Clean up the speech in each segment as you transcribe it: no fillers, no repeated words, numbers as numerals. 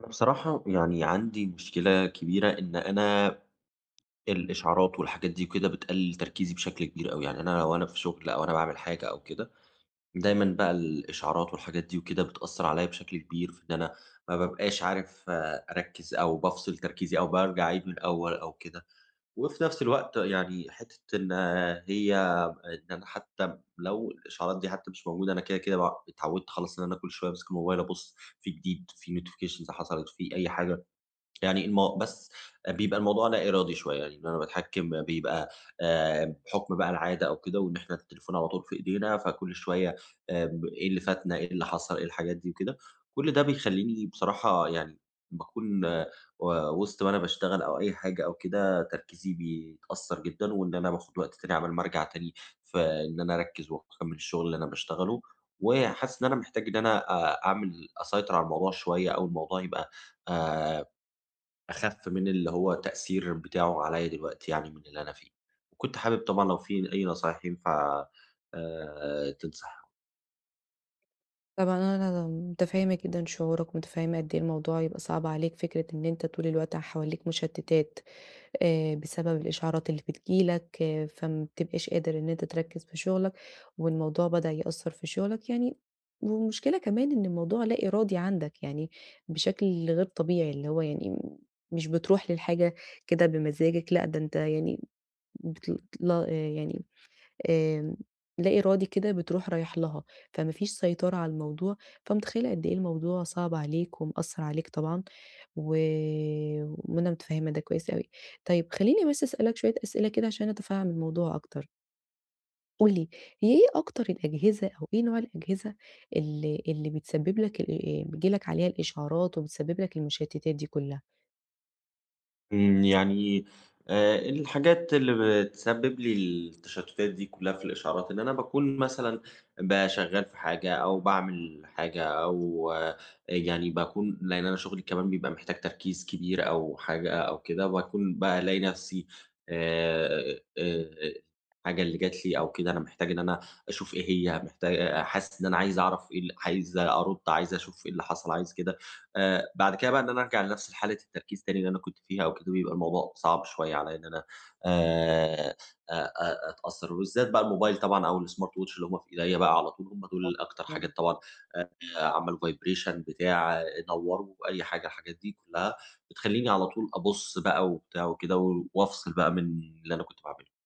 أنا بصراحة يعني عندي مشكلة كبيرة إن أنا الإشعارات والحاجات دي وكده بتقلل تركيزي بشكل كبير أوي، يعني أنا لو أنا في شغل أو أنا باعمل حاجة أو كده، دايمًا بقى الإشعارات والحاجات دي وكده بتأثّر عليَّ بشكل كبير في إن أنا ما بابقاش عارف أركّز أو بافصل تركيزي أو بارجع أعيد من الأول أو كده. وفي نفس الوقت يعني حتّة إن هي إن أنا حتّى لو الإشعارات دي حتّى مش موجودة أنا كده، كده اتعوّدت خلاص إن أنا كل شوية أمسك الموبايل أبُص في جديد، في notifications حصلت، في أي حاجة. يعني بس بيبقى الموضوع لا إرادي شوية، يعني إن أنا باتحكّم بيبقى بحُكم بقى العادة أو كده، وإن إحنا التليفون على طول في إيدينا، فكل شوية إيه اللي فاتنا، إيه اللي حصل، إيه الحاجات دي وكده. كل ده بيخلّيني بصراحة يعني باكون و وسط ما أنا باشتغل أو أي حاجة أو كده تركيزي بيتأثّر جدًا، وإن أنا باخُد وقت تاني عَبال ما أرجع تاني فإن أنا أركّز وأكمّل الشُغل اللي أنا باشتغله، وحاسس إن أنا محتاج إن أنا أسيطر على الموضوع شوية أو الموضوع يبقى آآ أخَف من اللي هو تأثير بتاعه عليّا دلوقتي يعني من اللي أنا فيه. وكنت حابب طبعًا لو في أي نصايح ينفع تنصح. طبعًا، أنا متفهّمة جدًا شعورك، متفهّمة قد إيه الموضوع يبقى صعب عليك، فكرة إن أنت طول الوقت حواليك مشتتات بسبب الإشعارات اللي بتيجي لك، فما بتبقاش قادر إن أنت تركّز في شغلك، والموضوع بدأ يأثّر في شغلك يعني، والمشكلة كمان إن الموضوع لا إرادي عندك يعني بشكل غير طبيعي. اللي هو يعني مش بتروح للحاجة كده بمزاجك، لأ ده أنت يعني لا يعني آمم، لا إرادي كده بتروح رايح لها، فما فيش سيطرة على الموضوع، فمتخيلة قد إيه الموضوع صعب عليك ومأثّر عليك طبعًا، و وأنا متفهمة ده كويس أوي. طيب، خلّيني بس أسألك شوية أسئلة كده عشان أتفهم الموضوع أكتر. قُل لي، هي إيه أكتر الأجهزة أو إيه نوع الأجهزة اللي بتسبب لك ال بييجي لك عليها الإشعارات وبتسبب لك المشتتات دي كلها؟ يعني الحاجات اللي بتسبب لي التشتتات دي كلّها في الإشعارات، إن أنا باكون مثلًا شغّال في حاجة أو باعمل حاجة أو يعني باكون لإن أنا شغلي كمان بيبقى محتاج تركيز كبير أو حاجة أو كده، باكون بقى ألاقي نفسي آآ آآ الحاجة اللي جات لي أو كده أنا محتاج إن أنا أشوف إيه هي، حاسس إن أنا عايز أعرف إيه ال عايز أرُد، عايز أشوف إيه اللي حصل، عايز كده. بعد كده بقى إن أنا أرجع لنفس حالة التركيز تاني اللي أنا كنت فيها أو كده، بيبقى الموضوع صعب شوية عليّا إن أنا آآ أ أ أتأثّر، وبالذات بقى الموبايل طبعًا أو الsmart watch اللي هم في إيديّا بقى على طول، هم دول أكتر حاجات طبعًا. آآ عملوا vibration بتاع نوّروا، أي حاجة، الحاجات دي كلّها بتخلّيني على طول أبُص بقى وبتاع وكده و وأفصل بقى من اللي أنا كنت باعمله.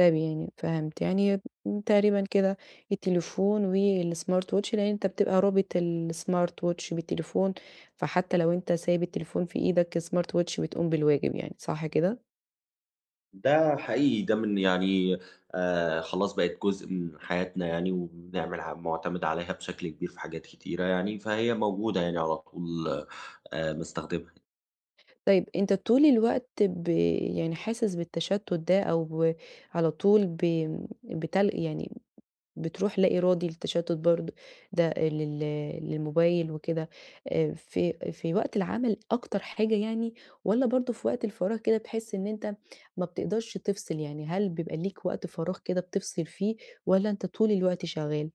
إيجابي يعني، فهمت، يعني تقريبًا كده التليفون والsmart watch، لإن أنت بتبقى رابط الsmart watch بالتليفون، فحتى لو أنت سايب التليفون في إيدك الsmart watch بتقوم بالواجب يعني، صح كده؟ ده حقيقي، ده من يعني خلاص بقت جزء من حياتنا يعني، وبنعمل معتمد عليها بشكل كبير في حاجات كتيرة يعني، فهي موجودة يعني على طول باستخدمها. طيب، أنت طول الوقت يعني حاسس بالتشتُّت ده أو على طول يعني بتروح لا إرادي للتشتت برضه ده للموبايل وكده، في وقت العمل أكتر حاجة يعني، والّا برضه في وقت الفراغ كده بتحس إن أنت ما بتقدرش تفصل؟ يعني هل بيبقى ليك وقت فراغ كده بتفصل فيه والّا أنت طول الوقت شغال؟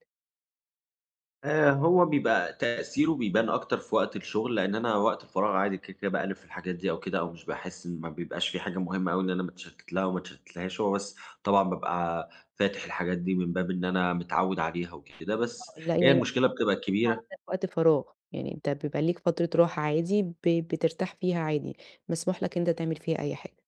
هو بيبقى تأثيره بيبان أكتر في وقت الشغل، لإن أنا وقت الفراغ عادي كده، كده باقلِّب في الحاجات دي أو كده، أو مش باحس إن ما بيبقاش في حاجة مهمة أوي إن أنا متشتت لها وما اتشتتلهاش، هو بس طبعًا بابقى فاتح الحاجات دي من باب إن أنا متعوّد عليها وكده، بس لأ هي يعني المشكلة بتبقى كبيرة. عندك وقت فراغ، يعني أنت بيبقى ليك فترة راحة عادي بترتاح فيها عادي، مسموح لك إن أنت تعمل فيها أي حاجة.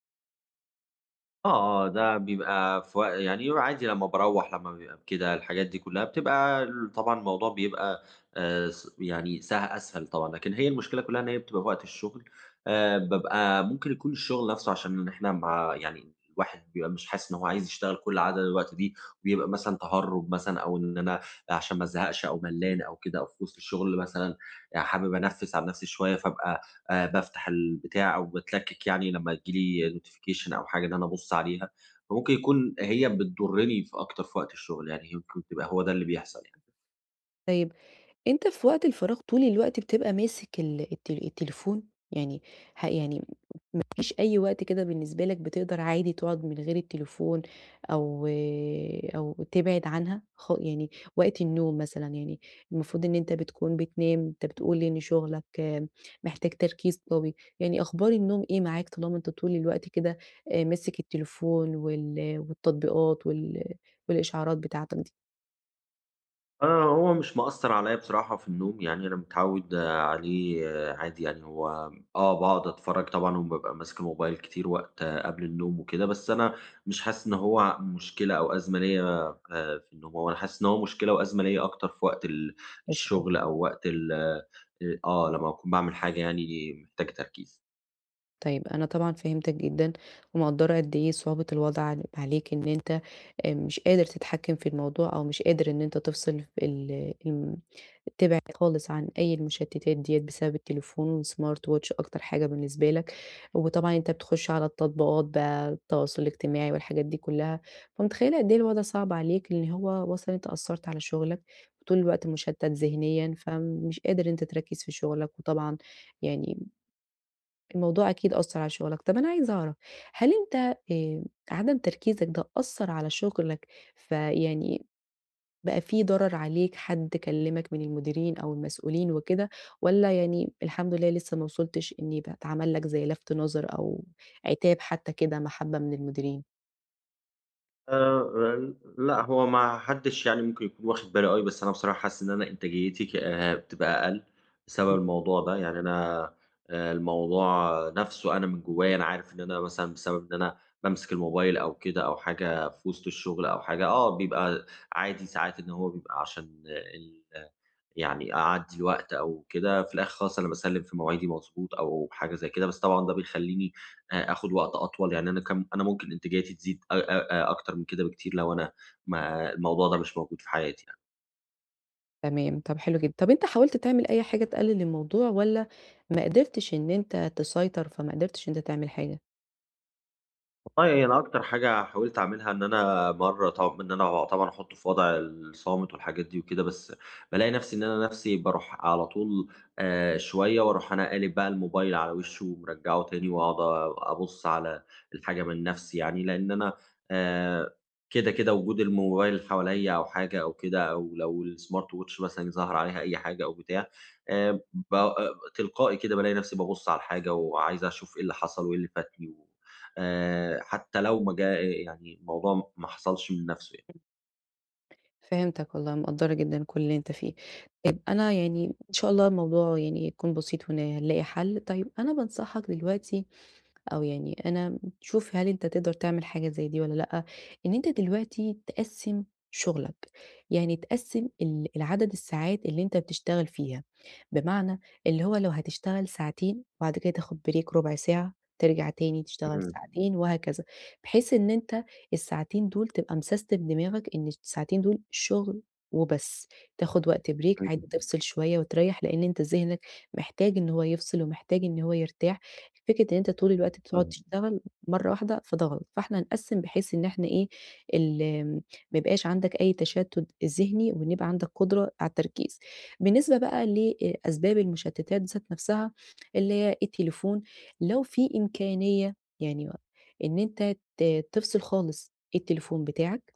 آه، آه، ده بيبقى في و يعني يبقى عادي لمّا باروّح، لمّا بيبقى كده الحاجات دي كلّها بتبقى طبعًا الموضوع بيبقى س يعني س أسهل طبعًا، لكن هي المشكلة كلّها إن هي بتبقى في وقت الشغل. بابقى ممكن يكون الشغل نَفْسه عشان إحنا يعني الواحد بيبقى مش حاسس إن هو عايز يشتغل كل عدد الوقت دي، بيبقى مثلًا تهرُّب مثلًا أو إن أنا عشان ما ازهقش أو ملّان أو كده أو في وسط الشغل مثلًا حابب أنفِّس عن نَفْسي شوية فابقى بافتح البتاع أو باتلكِّك يعني لمّا تيجي لي notification أو حاجة إن أنا أبُص عليها، فممكن يكون هي بتضُرّني في أكتر في وقت الشغل، يعني يمكن تبقى هو ده اللي بيحصل يعني. طيب، أنت في وقت الفراغ طول الوقت بتبقى ماسك ال الت التليفون؟ يعني يعني مفيش أي وقت كده بالنسبة لك بتقدر عادي تقعد من غير التليفون أو أو تبعد عنها يعني، وقت النوم مثلًا. يعني المفروض إن أنت بتكون بتنام، أنت بتقول لي إن شغلك محتاج تركيز قوي. يعني أخبار النوم إيه معاك طالما أنت طول الوقت كده ماسك التليفون وال والتطبيقات وال والإشعارات بتاعتك أنا هو مش مأثّر عليّا بصراحة في النوم، يعني أنا متعوّد عليه عادي يعني هو باقعد أتفرّج طبعًا وبابقى ماسك الموبايل كتير وقت قبل النوم وكده، بس أنا مش حاسس إن هو مشكلة أو أزمة ليّا في النوم، هو أنا حاسس إن هو مشكلة وأزمة ليّا أكتر في وقت ال دي؟ الشغل أو وقت ال آه، لمّا أكون باعمل حاجة يعني محتاجة تركيز. طيب، أنا طبعًا فهمتك جدًا، ومقدّرة قد إيه صعوبة الوضع عليك، إن أنت مش قادر تتحكّم في الموضوع أو مش قادر إن أنت تفصل ال الم تبعد خالص عن أي المشتتات ديّة بسبب التليفون والsmart watch أكتر حاجة بالنسبة لك. وطبعًا أنت بتخش على التطبيقات بقى التواصل الاجتماعي والحاجات دي كلّها، فمتخيّلة قد إيه الوضع صعب عليك إن هو واصل إن أنت أثّرت على شغلك، وطول الوقت مشتت ذهنيًا، فمش قادر إن أنت تركّز في شغلك. وطبعًا يعني الموضوع أكيد أثّر على شغلك. طَب أنا عايزة أعرف، هل أنت عدم تركيزك ده أثّر على شغلك فيعني بقى في ضرر عليك؟ حد كلّمك من المديرين أو المسؤولين وكده، والّا يعني الحمد لله لسه ما وصلتش إن يبقى اتعمل لك زي لَفْت نظر أو عتاب حتى كده محبّة من المديرين؟ آآ، لأ هو ما حدش يعني ممكن يكون واخد باله أوي، بس أنا بصراحة حاسس إن أنا إنتاجيتي ك بتبقى أقل بسبب إمم. الموضوع ده، يعني أنا الموضوع نفسه أنا من جوايا أنا عارف إن أنا مثلًا بسبب إن أنا بامسك الموبايل أو كده أو حاجة في وسط الشغل أو حاجة، بيبقى عادي ساعات إن هو بيبقى عشان يعني أعدّي الوقت أو كده، في الآخر خالص أنا باسلِّم في مواعيدي مضبوط أو حاجة زي كده، بس طبعًا ده بيخلّيني آخُد وقت أطول، يعني أنا أنا ممكن إنتاجيتي تزيد أ أ أ أكتر من كده بكتير لو أنا ما الموضوع ده مش موجود في حياتي. تمام، طَب حلو جدًا. طَب، أنت حاولت تعمل أي حاجة تقلل الموضوع، والّا ما قدرتش إن أنت تسيطر فما قدرتش إن أنت تعمل حاجة؟ والله يعني أنا أكتر حاجة حاولت أعملها إن أنا طب إن أنا طبعًا أحُطّه في وضع الصامت والحاجات دي وكده، بس بالاقي نَفْسي إن أنا نَفْسي باروح على طول شوية، وأروح أنا قالب بقى الموبايل على وِشّه ومرجّعه تاني وأقعد أبُص على الحاجة من نَفْسي يعني، لإن أنا آآ كده، كده وجود الموبايل حواليّا أو حاجة أو كده أو لو الsmart watch مثلًا ظهر عليها أي حاجة أو بتاع ب آه، تلقائي كده بالاقي نَفْسي بابُص على الحاجة وعايز أشوف إيه اللي حصل وإيه اللي فاتني و حتى لو ما جا يعني الموضوع ما حصلش من نَفْسه يعني. فهمتك والله، مقدّرة جدًا كل اللي أنت فيه. طيب، أنا يعني إن شاء الله الموضوع يعني يكون بسيط هنلاقي حل. طيب، أنا بانصحك دلوقتي، أو يعني أنا شوف هل أنت تقدر تعمل حاجة زي دي والّا لأ، إن أنت دلوقتي تقسّم شغلك، يعني تقسّم العدد الساعات اللي أنت بتشتغل فيها، بمعنى اللي هو لو هتشتغل ساعتين وبعد كده تاخد break ربع ساعة، ترجع تاني تشتغل إمم، ساعتين وهكذا، بحيث إن أنت الساعتين دول تبقى مسستم دماغك إن الساعتين دول شغل وبس، تاخد وقت break إمم، عادي تفصل شوية وتريّح، لإن أنت ذهنك محتاج إن هو يفصل ومحتاج إن هو يرتاح. فكرة إن أنت طول الوقت بتقعد فاهم. تشتغل مرّة واحدة فده غلط، فإحنا هنقسّم بحيث إن إحنا إيه، ال ما يبقاش عندك أي تشتُّت ذهني وإن يبقى عندك قدرة على التركيز. بالنسبة بقى لأسباب المشتتات ذات نفسها اللي هي إيه، التليفون، لو في إمكانية يعني إن أنت تفصل خالص التليفون بتاعك،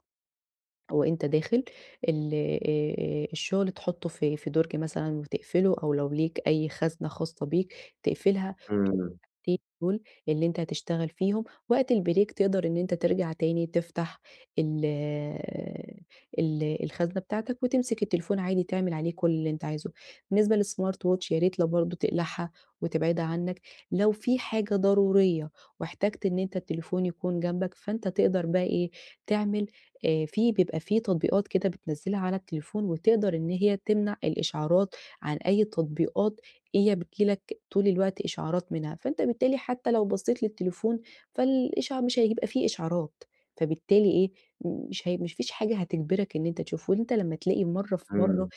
وأنت داخل ال الشغل تحطّه في درج مثلًا وتقفله، أو لو ليك أي خزنة خاصة بيك تقفلها طول إمم، الساعتين دول اللي أنت هتشتغل فيهم. وقت البريك تقدر إن أنت ترجع تاني تفتح ال آه، الخزنة بتاعتك وتمسك التليفون عادي تعمل عليه كل اللي أنت عايزه. بالنسبة للsmart watch يا ريت لو برضه تقلعها وتبعدها عنّك. لو في حاجة ضرورية واحتجت إن أنت التليفون يكون جنبك، فأنت تقدر بقى إيه، تعمل بيبقى في تطبيقات كده بتنزّلها على التليفون وتقدر إن هي تمنع الإشعارات عن أي تطبيقات هي بتيجي لك طول الوقت إشعارات منها، فأنت بالتالي حتى لو بصّيت للتليفون مش هيبقى في إشعارات، فبالتالي إيه، مش فيش حاجة هتجبرك إن أنت تشوفه. وأنت لمّا تلاقي مرّة في مرّة إمم،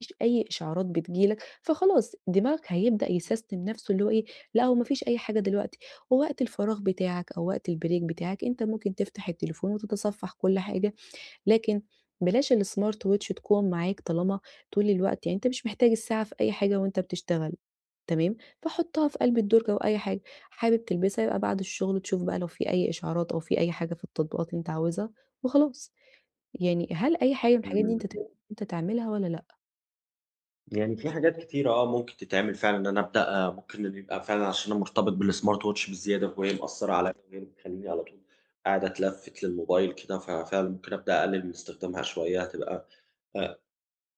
مفيش أي إشعارات بتيجي لك، فخلاص دماغك هيبدأ يسيستم نَفْسه اللي هو إيه، لأ هو ما فيش أي حاجة دلوقتي. ووقت الفراغ بتاعك أو وقت البريك بتاعك أنت ممكن تفتح التليفون وتتصفّح كل حاجة، لكن بلاش الsmart watch تكون معاك طالما طول الوقت، يعني أنت مش محتاج الساعة في أي حاجة وأنت بتشتغل. تمام، فحُطّها في قلب الدرج أو أي حاجة، حابب تلبسها يبقى بعد الشغل تشوف بقى لو في أي إشعارات أو في أي حاجة في التطبيقات اللي أنت عاوزها وخلاص. يعني هل أي حاجة من الحاجات دي إمم. أنت تقدر إن أنت تعملها والّا لأ؟ يعني في حاجات كتيرة ممكن تتعمل فعلًا إن أنا أبدأ ممكن إن يبقى فعلًا عشان أنا مرتبط بالsmart watch بزيادة، وهي مأثّرة عليّا وهي بتخلّيني على طول قاعد أتلفِّت للموبايل كده، ففعلًا ممكن أبدأ أقلِّل من استخدامها شوية، هتبقى أ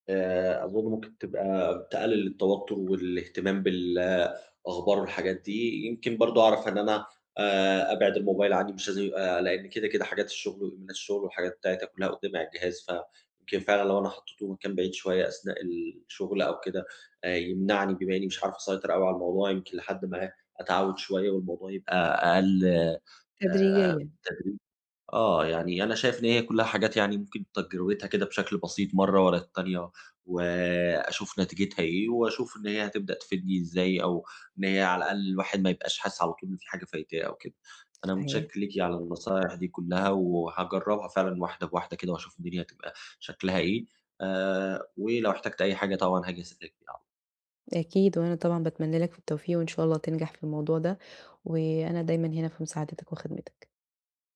أظن ممكن تبقى تقلل التوتر والاهتمام بالأخبار والحاجات دي، يمكن برضه أعرف إن أنا أبعد الموبايل عني مش لازم يبقى لإن كده، كده حاجات الشغل وإيميلات الشغل والحاجات بتاعتها كلّها قدّامي على الجهاز، فيمكن فعلًا لو أنا حطيته مكان بعيد شوية أثناء الشغل أو كده يمنعني، بما إني مش عارف أسيطر أوي على الموضوع، يمكن لحد ما أتعوّد شوية والموضوع يبقى أقل. آآ تدريجيًا. يعني أنا شايف إن هي كلّها حاجات يعني ممكن تجربتها كده بشكل بسيط مرّة ورا التانية، وأشوف نتيجتها إيه، وأشوف إن هي هتبدأ تفيدني إزاي، أو إن هي على الأقل الواحد ما يبقاش حاسس على طول إن في حاجة فايتاه أو كده. أنا صحيح. متشكر ليكِ على النصايح دي كلّها، وهاجرّبها فعلًا واحدة بواحدة كده وأشوف الدنيا هتبقى شكلها إيه، ولو احتجت أي حاجة طبعًا هاجي أسألِك فيها. أكيد، وأنا طبعًا باتمنى لك في التوفيق وإن شاء الله تنجح في الموضوع ده، وأنا دايمًا هنا في مساعدتك وخدمتك.